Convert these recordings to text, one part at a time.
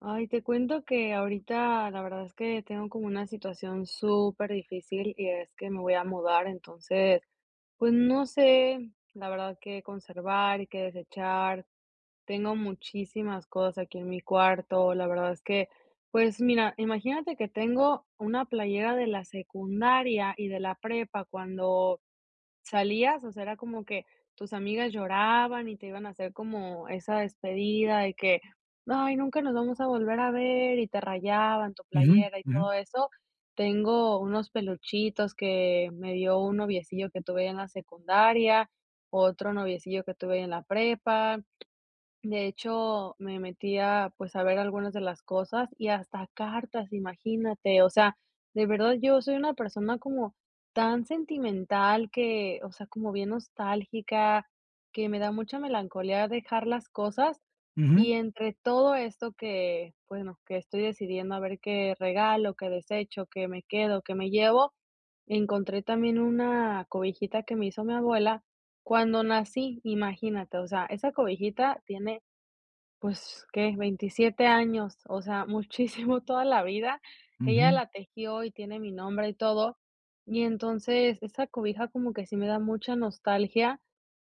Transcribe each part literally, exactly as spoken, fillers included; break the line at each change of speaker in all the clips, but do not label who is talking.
Ay, te cuento que ahorita la verdad es que tengo como una situación súper difícil y es que me voy a mudar, entonces, pues no sé, la verdad que conservar y que desechar. Tengo muchísimas cosas aquí en mi cuarto, la verdad es que, pues mira, imagínate que tengo una playera de la secundaria y de la prepa cuando ¿salías? O sea, era como que tus amigas lloraban y te iban a hacer como esa despedida de que: "Ay, nunca nos vamos a volver a ver", y te rayaban tu
Ujú,
playera y
ujú,
todo eso. Tengo unos peluchitos que me dio un noviecillo que tuve en la secundaria, otro noviecillo que tuve en la prepa. De hecho, me metía, pues, a ver algunas de las cosas y hasta cartas, imagínate. O sea, de verdad yo soy una persona como tan sentimental que, o sea, como bien nostálgica, que me da mucha melancolía dejar las cosas.
ujú,
Y entre todo esto que, bueno, que estoy decidiendo a ver qué regalo, qué desecho, qué me quedo, qué me llevo, encontré también una cobijita que me hizo mi abuela cuando nací, imagínate. O sea, esa cobijita tiene pues, ¿qué? Veintisiete años, o sea, muchísimo, toda la vida. Ella
ujú.
la tejió y tiene mi nombre y todo. Y entonces esa cobija como que sí me da mucha nostalgia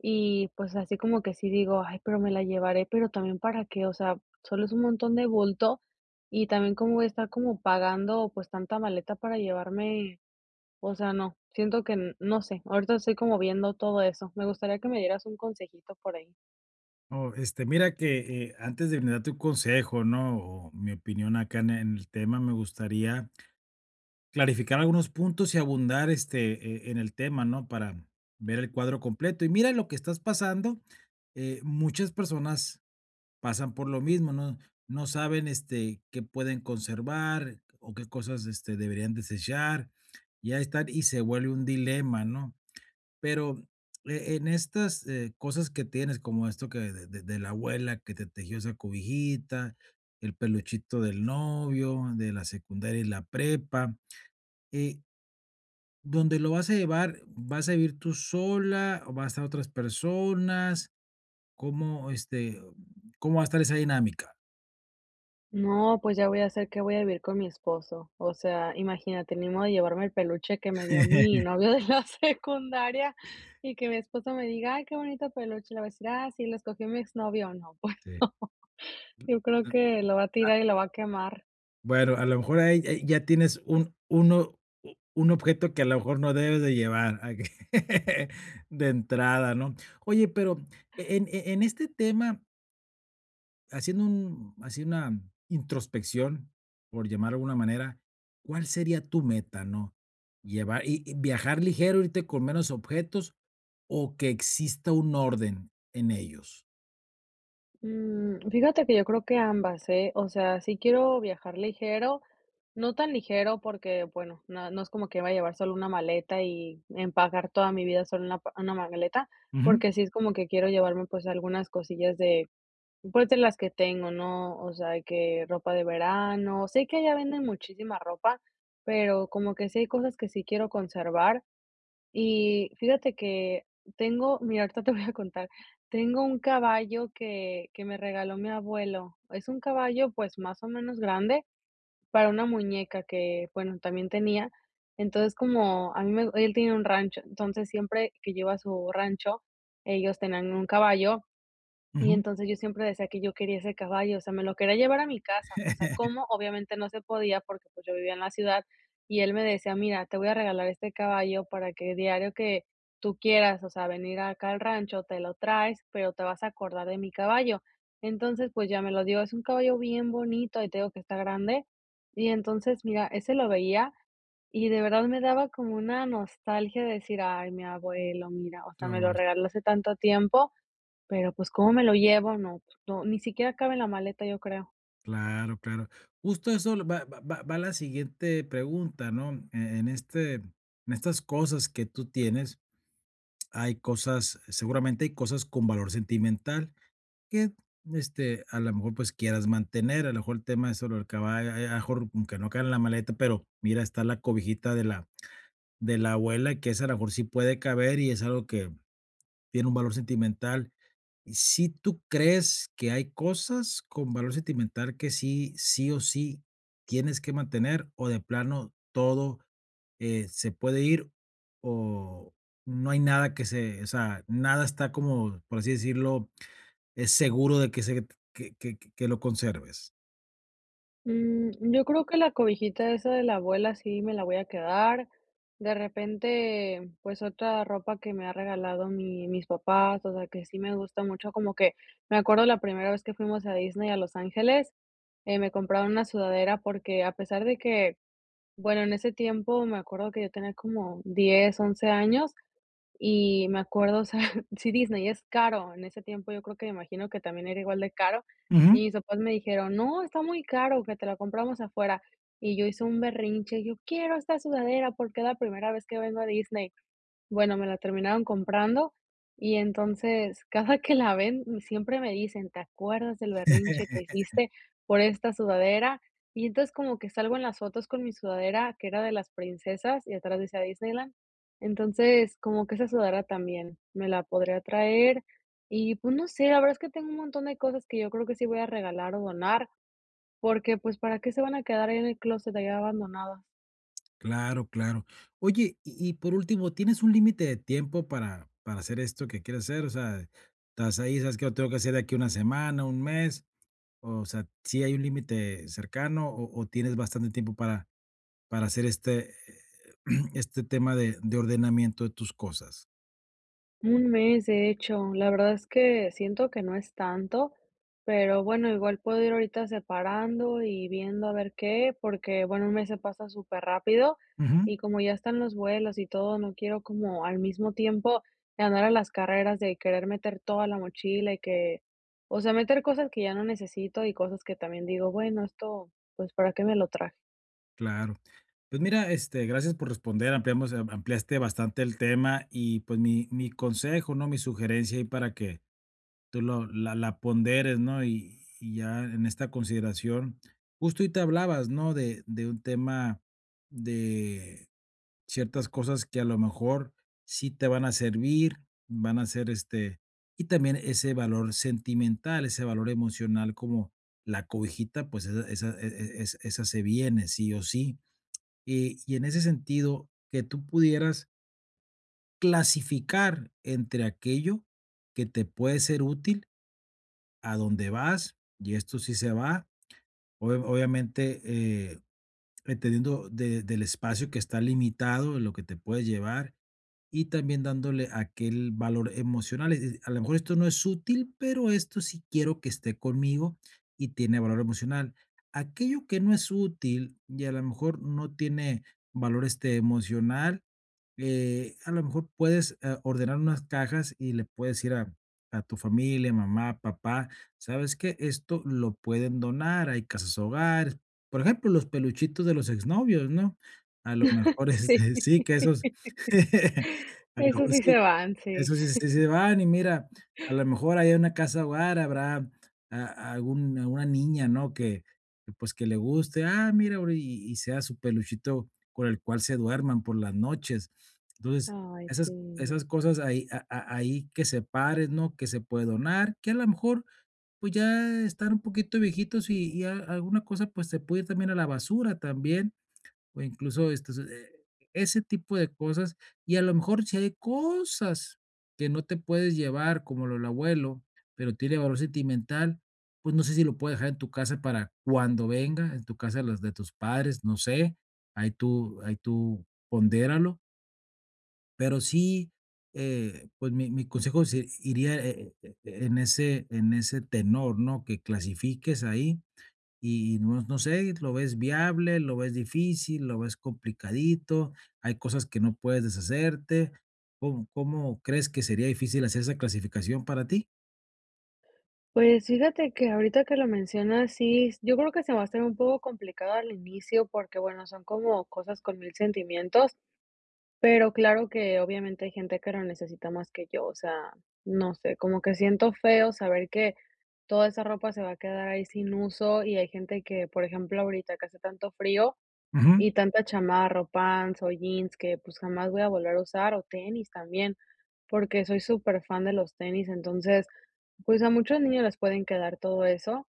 y pues así como que sí digo, ay, pero me la llevaré, pero también para qué, o sea, solo es un montón de bulto y también como voy a estar como pagando pues tanta maleta para llevarme, o sea, no, siento que n- no sé, ahorita estoy como viendo todo eso. Me gustaría que me dieras un consejito por ahí.
Oh, este, mira que, eh, antes de brindarte un consejo, ¿no? O mi opinión acá en en el tema, me gustaría clarificar algunos puntos y abundar, este, eh, en el tema, ¿no? Para ver el cuadro completo. Y mira lo que estás pasando, eh, muchas personas pasan por lo mismo, no no saben, este, qué pueden conservar o qué cosas, este, deberían desechar, ya ahí están, y se vuelve un dilema, ¿no? Pero e en estas, eh, cosas que tienes, como esto que de de de la abuela que te tejió esa cobijita, el peluchito del novio, de la secundaria y la prepa, eh, ¿dónde lo vas a llevar? ¿Vas a vivir tú sola o vas a estar otras personas? ¿Cómo, este, cómo va a estar esa dinámica?
No, pues ya voy a hacer que voy a vivir con mi esposo. O sea, imagínate, ni modo de llevarme el peluche que me dio mi novio de la secundaria y que mi esposo me diga, ay, qué bonito peluche. Le voy a decir, ah, sí, lo escogió mi exnovio. No, pues
Sí.
no. Yo creo que lo va a tirar y lo va a quemar.
Bueno, a lo mejor ahí ahí ya tienes un uno u un objeto que a lo mejor no debes de llevar, ah, que de entrada, ¿no? Oye, pero en e en este tema, haciendo un haciendo una introspección, por llamarlo de alguna manera, ¿cuál sería tu meta, no? ¿Llevar y y viajar ligero, irte con menos objetos o que exista un orden en ellos?
Mm, fíjate que yo creo que ambas, ¿eh? O sea, sí quiero viajar ligero, no tan ligero porque, bueno, no, no es como que va a llevar solo una maleta y empacar toda mi vida solo en una, pa- una maleta,
Ujú,
porque sí es como que quiero llevarme pues algunas cosillas de, pues de las que tengo, ¿no? O sea, que ropa de verano, sé que allá venden muchísima ropa, pero como que sí hay cosas que sí quiero conservar. Y fíjate que tengo, mira, ahorita te voy a contar, tengo un caballo que, que me regaló mi abuelo. Es un caballo pues más o menos grande para una muñeca que, bueno, también tenía. Entonces como a mí me, él tiene un rancho, entonces siempre que lleva su rancho, ellos tenían un caballo y
ujú.
entonces yo siempre decía que yo quería ese caballo, o sea, me lo quería llevar a mi casa, o sea, ¿cómo? Obviamente no se podía porque pues yo vivía en la ciudad y él me decía, mira, te voy a regalar este caballo para que diario que tú quieras, o sea, venir acá al rancho, te lo traes, pero te vas a acordar de mi caballo. Entonces, pues ya me lo dio, es un caballo bien bonito y te digo que está grande. Y entonces, mira, ese lo veía y de verdad me daba como una nostalgia de decir, ay, mi abuelo, mira, o sea, me
Todo.
lo regaló hace tanto tiempo. Pero, pues, ¿cómo me lo llevo? No, no, ni siquiera cabe en la maleta, yo creo.
Claro, claro. Justo eso lo va va va va la siguiente pregunta, ¿no? En en este en estas cosas que tú tienes, hay cosas, seguramente hay cosas con valor sentimental que, este, a lo mejor, pues, quieras mantener, a lo mejor el tema eso del caballo, a lo mejor aunque no cae en la maleta, pero mira, está la cobijita de la de la abuela, que esa a lo mejor sí puede caber y es algo que tiene un valor sentimental. Y ¿si tú crees que hay cosas con valor sentimental que sí, sí o sí tienes que mantener, o de plano todo, eh, se puede ir, o no hay nada que se, o sea, nada está como, por así decirlo, es seguro de que se que que que que lo conserves?
Mm, yo creo que la cobijita esa de la abuela sí me la voy a quedar. De repente, pues, otra ropa que me ha regalado mi mis papás, o sea, que sí me gusta mucho, como que me acuerdo la primera vez que fuimos a Disney a Los Ángeles, eh, me compraron una sudadera porque a pesar de que, bueno, en ese tiempo me acuerdo que yo tenía como diez once años. Y me acuerdo, o sea, sí, Disney es caro. En ese tiempo yo creo que me imagino que también era igual de caro.
Ujú.
Y mis papás me dijeron: "No, está muy caro, que te la compramos afuera". Y yo hice un berrinche, yo: "Quiero esta sudadera porque es la primera vez que vengo a Disney". Bueno, me la terminaron comprando y entonces cada que la ven m- siempre me dicen: "¿Te acuerdas del berrinche que hiciste por esta sudadera?". Y entonces como que salgo en las fotos con mi sudadera, que era de las princesas y atrás decía Disneyland. Entonces, como que esa sudadera también me la podría traer y, pues, no sé, la verdad es que tengo un montón de cosas que yo creo que sí voy a regalar o donar, porque, pues, ¿para qué se van a quedar ahí en el closet ahí abandonadas?
Claro, claro. Oye, y y por último, ¿tienes un límite de tiempo para para hacer esto que quieres hacer? O sea, estás ahí, sabes que lo tengo que hacer de aquí una semana, un mes. O sea, ¿sí hay un límite cercano o o tienes bastante tiempo para para hacer este, eh, este tema de de ordenamiento de tus cosas?
Un mes, de hecho, la verdad es que siento que no es tanto, pero bueno, igual puedo ir ahorita separando y viendo a ver qué, porque bueno, un mes se pasa súper rápido
Ujú,
y como ya están los vuelos y todo, no quiero como al mismo tiempo de andar a las carreras de querer meter toda la mochila y que, o sea, meter cosas que ya no necesito y cosas que también digo, bueno, esto, pues, ¿para qué me lo traje?
claro. Pues mira, este, gracias por responder, ampliamos am ampliaste bastante el tema y, pues, mi mi consejo, ¿no?, mi sugerencia ahí para que tú lo la la ponderes, ¿no? Y y ya en esta consideración, justo y te hablabas, ¿no?, de de un tema de ciertas cosas que a lo mejor sí te van a servir, van a ser, este, y también ese valor sentimental, ese valor emocional como la cobijita, pues esa esa e e es esa se viene sí o sí. Y y en ese sentido, que tú pudieras clasificar entre aquello que te puede ser útil, a dónde vas, y esto sí se va, obvia obviamente, eh, entendiendo de del espacio que está limitado, lo que te puedes llevar, y también dándole aquel valor emocional. Es decir, a lo mejor esto no es útil, pero esto sí quiero que esté conmigo y tiene valor emocional. Aquello que no es útil y a lo mejor no tiene valor este emocional, eh, a lo mejor puedes, eh, ordenar unas cajas y le puedes decir a a tu familia, mamá, papá, ¿sabes qué? Esto lo pueden donar, hay casas hogares. Por ejemplo, los peluchitos de los exnovios, ¿no? A lo mejor, es
Sí,
sí, que esos a lo
eso
mejor
sí
sí,
se van, sí.
eso sí, sí se van y mira, a lo mejor ahí en una casa hogar habrá a algún alguna niña, ¿no? Que que, pues, que le guste, ah, mira, ori y y sea su peluchito con el cual se duerman por las noches. Entonces,
Ay,
esas esas
sí.
cosas ahí a a ahí que se separes, ¿no? Que se puede donar, que a lo mejor, pues, ya están un poquito viejitos y y a alguna cosa, pues, se puede ir también a la basura también. O incluso estos, eh, ese tipo de cosas, y a lo mejor si hay cosas que no te puedes llevar, como lo del abuelo, pero tiene valor sentimental, pues no sé si lo puedes dejar en tu casa para cuando venga, en tu casa las de tus padres, no sé, ahí tú, ahí tú pondéralo, pero sí, eh, pues mi, mi consejo se- iría eh, eh, eh, en ese, en ese tenor, ¿no? Que clasifiques ahí y no no sé, lo ves viable, lo ves difícil, lo ves complicadito, hay cosas que no puedes deshacerte. ¿Cómo ¿cómo crees que sería difícil hacer esa clasificación para ti?
Pues fíjate que ahorita que lo mencionas, sí, yo creo que se va a hacer un poco complicado al inicio porque, bueno, son como cosas con mil sentimientos, pero claro que obviamente hay gente que lo necesita más que yo, o sea, no sé, como que siento feo saber que toda esa ropa se va a quedar ahí sin uso y hay gente que, por ejemplo, ahorita que hace tanto frío,
Ujú,
y tanta chamarra, o pants, o jeans que, pues, jamás voy a volver a usar, o tenis también, porque soy súper fan de los tenis. Entonces, pues, a muchos niños les pueden quedar todo eso.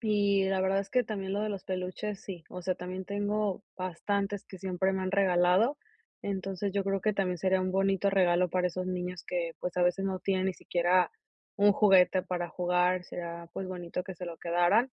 Y la verdad es que también lo de los peluches, sí. O sea, también tengo bastantes que siempre me han regalado. Entonces, yo creo que también sería un bonito regalo para esos niños que, pues, a veces no tienen ni siquiera un juguete para jugar. Sería, pues, bonito que se lo quedaran.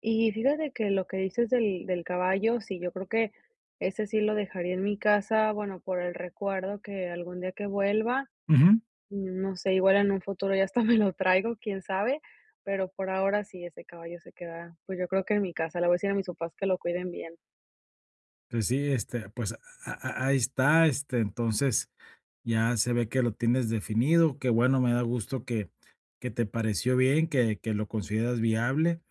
Y fíjate que lo que dices del del caballo, sí, yo creo que ese sí lo dejaría en mi casa, bueno, por el recuerdo que algún día que vuelva,
ujú.
no sé, igual en un futuro ya hasta me lo traigo, quién sabe, pero por ahora sí, ese caballo se queda, pues yo creo que en mi casa, le voy a decir a mis papás que lo cuiden bien.
Pues sí, este, pues, a a ahí está, este, entonces, ya se ve que lo tienes definido, que bueno, me da gusto que que te pareció bien, que que lo consideras viable.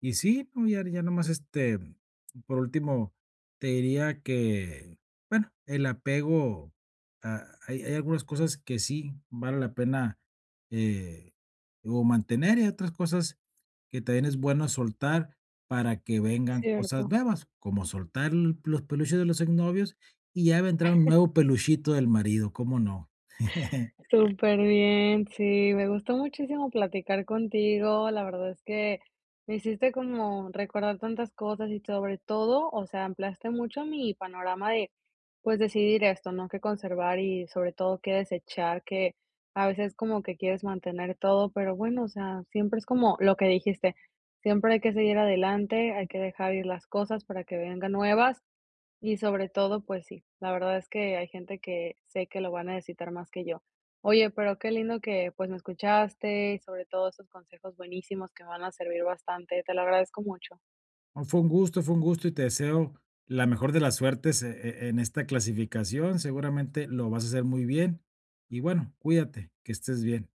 Y sí, no, ya ya nomás, este, por último, te diría que, bueno, el apego, ah, hay hay algunas cosas que sí vale la pena, eh, o mantener, y hay otras cosas que también es bueno soltar para que vengan cosas
Cierto.
nuevas, como soltar l los peluches de los exnovios, y ya vendrá un nuevo peluchito del marido, ¿cómo no?
Súper bien, sí, me gustó muchísimo platicar contigo. La verdad es que me hiciste como recordar tantas cosas y sobre todo, o sea, ampliaste mucho mi panorama de, pues, decidir esto, ¿no? Qué conservar y sobre todo qué desechar, que a veces como que quieres mantener todo, pero bueno, o sea, siempre es como lo que dijiste, siempre hay que seguir adelante, hay que dejar ir las cosas para que vengan nuevas y sobre todo, pues sí, la verdad es que hay gente que sé que lo va a necesitar más que yo. Oye, pero qué lindo que pues me escuchaste y sobre todo esos consejos buenísimos que me van a servir bastante. Te lo agradezco mucho.
No, fue un gusto, fue un gusto y te deseo la mejor de las suertes e e en esta clasificación. Seguramente lo vas a hacer muy bien. Y bueno, cuídate, que estés bien.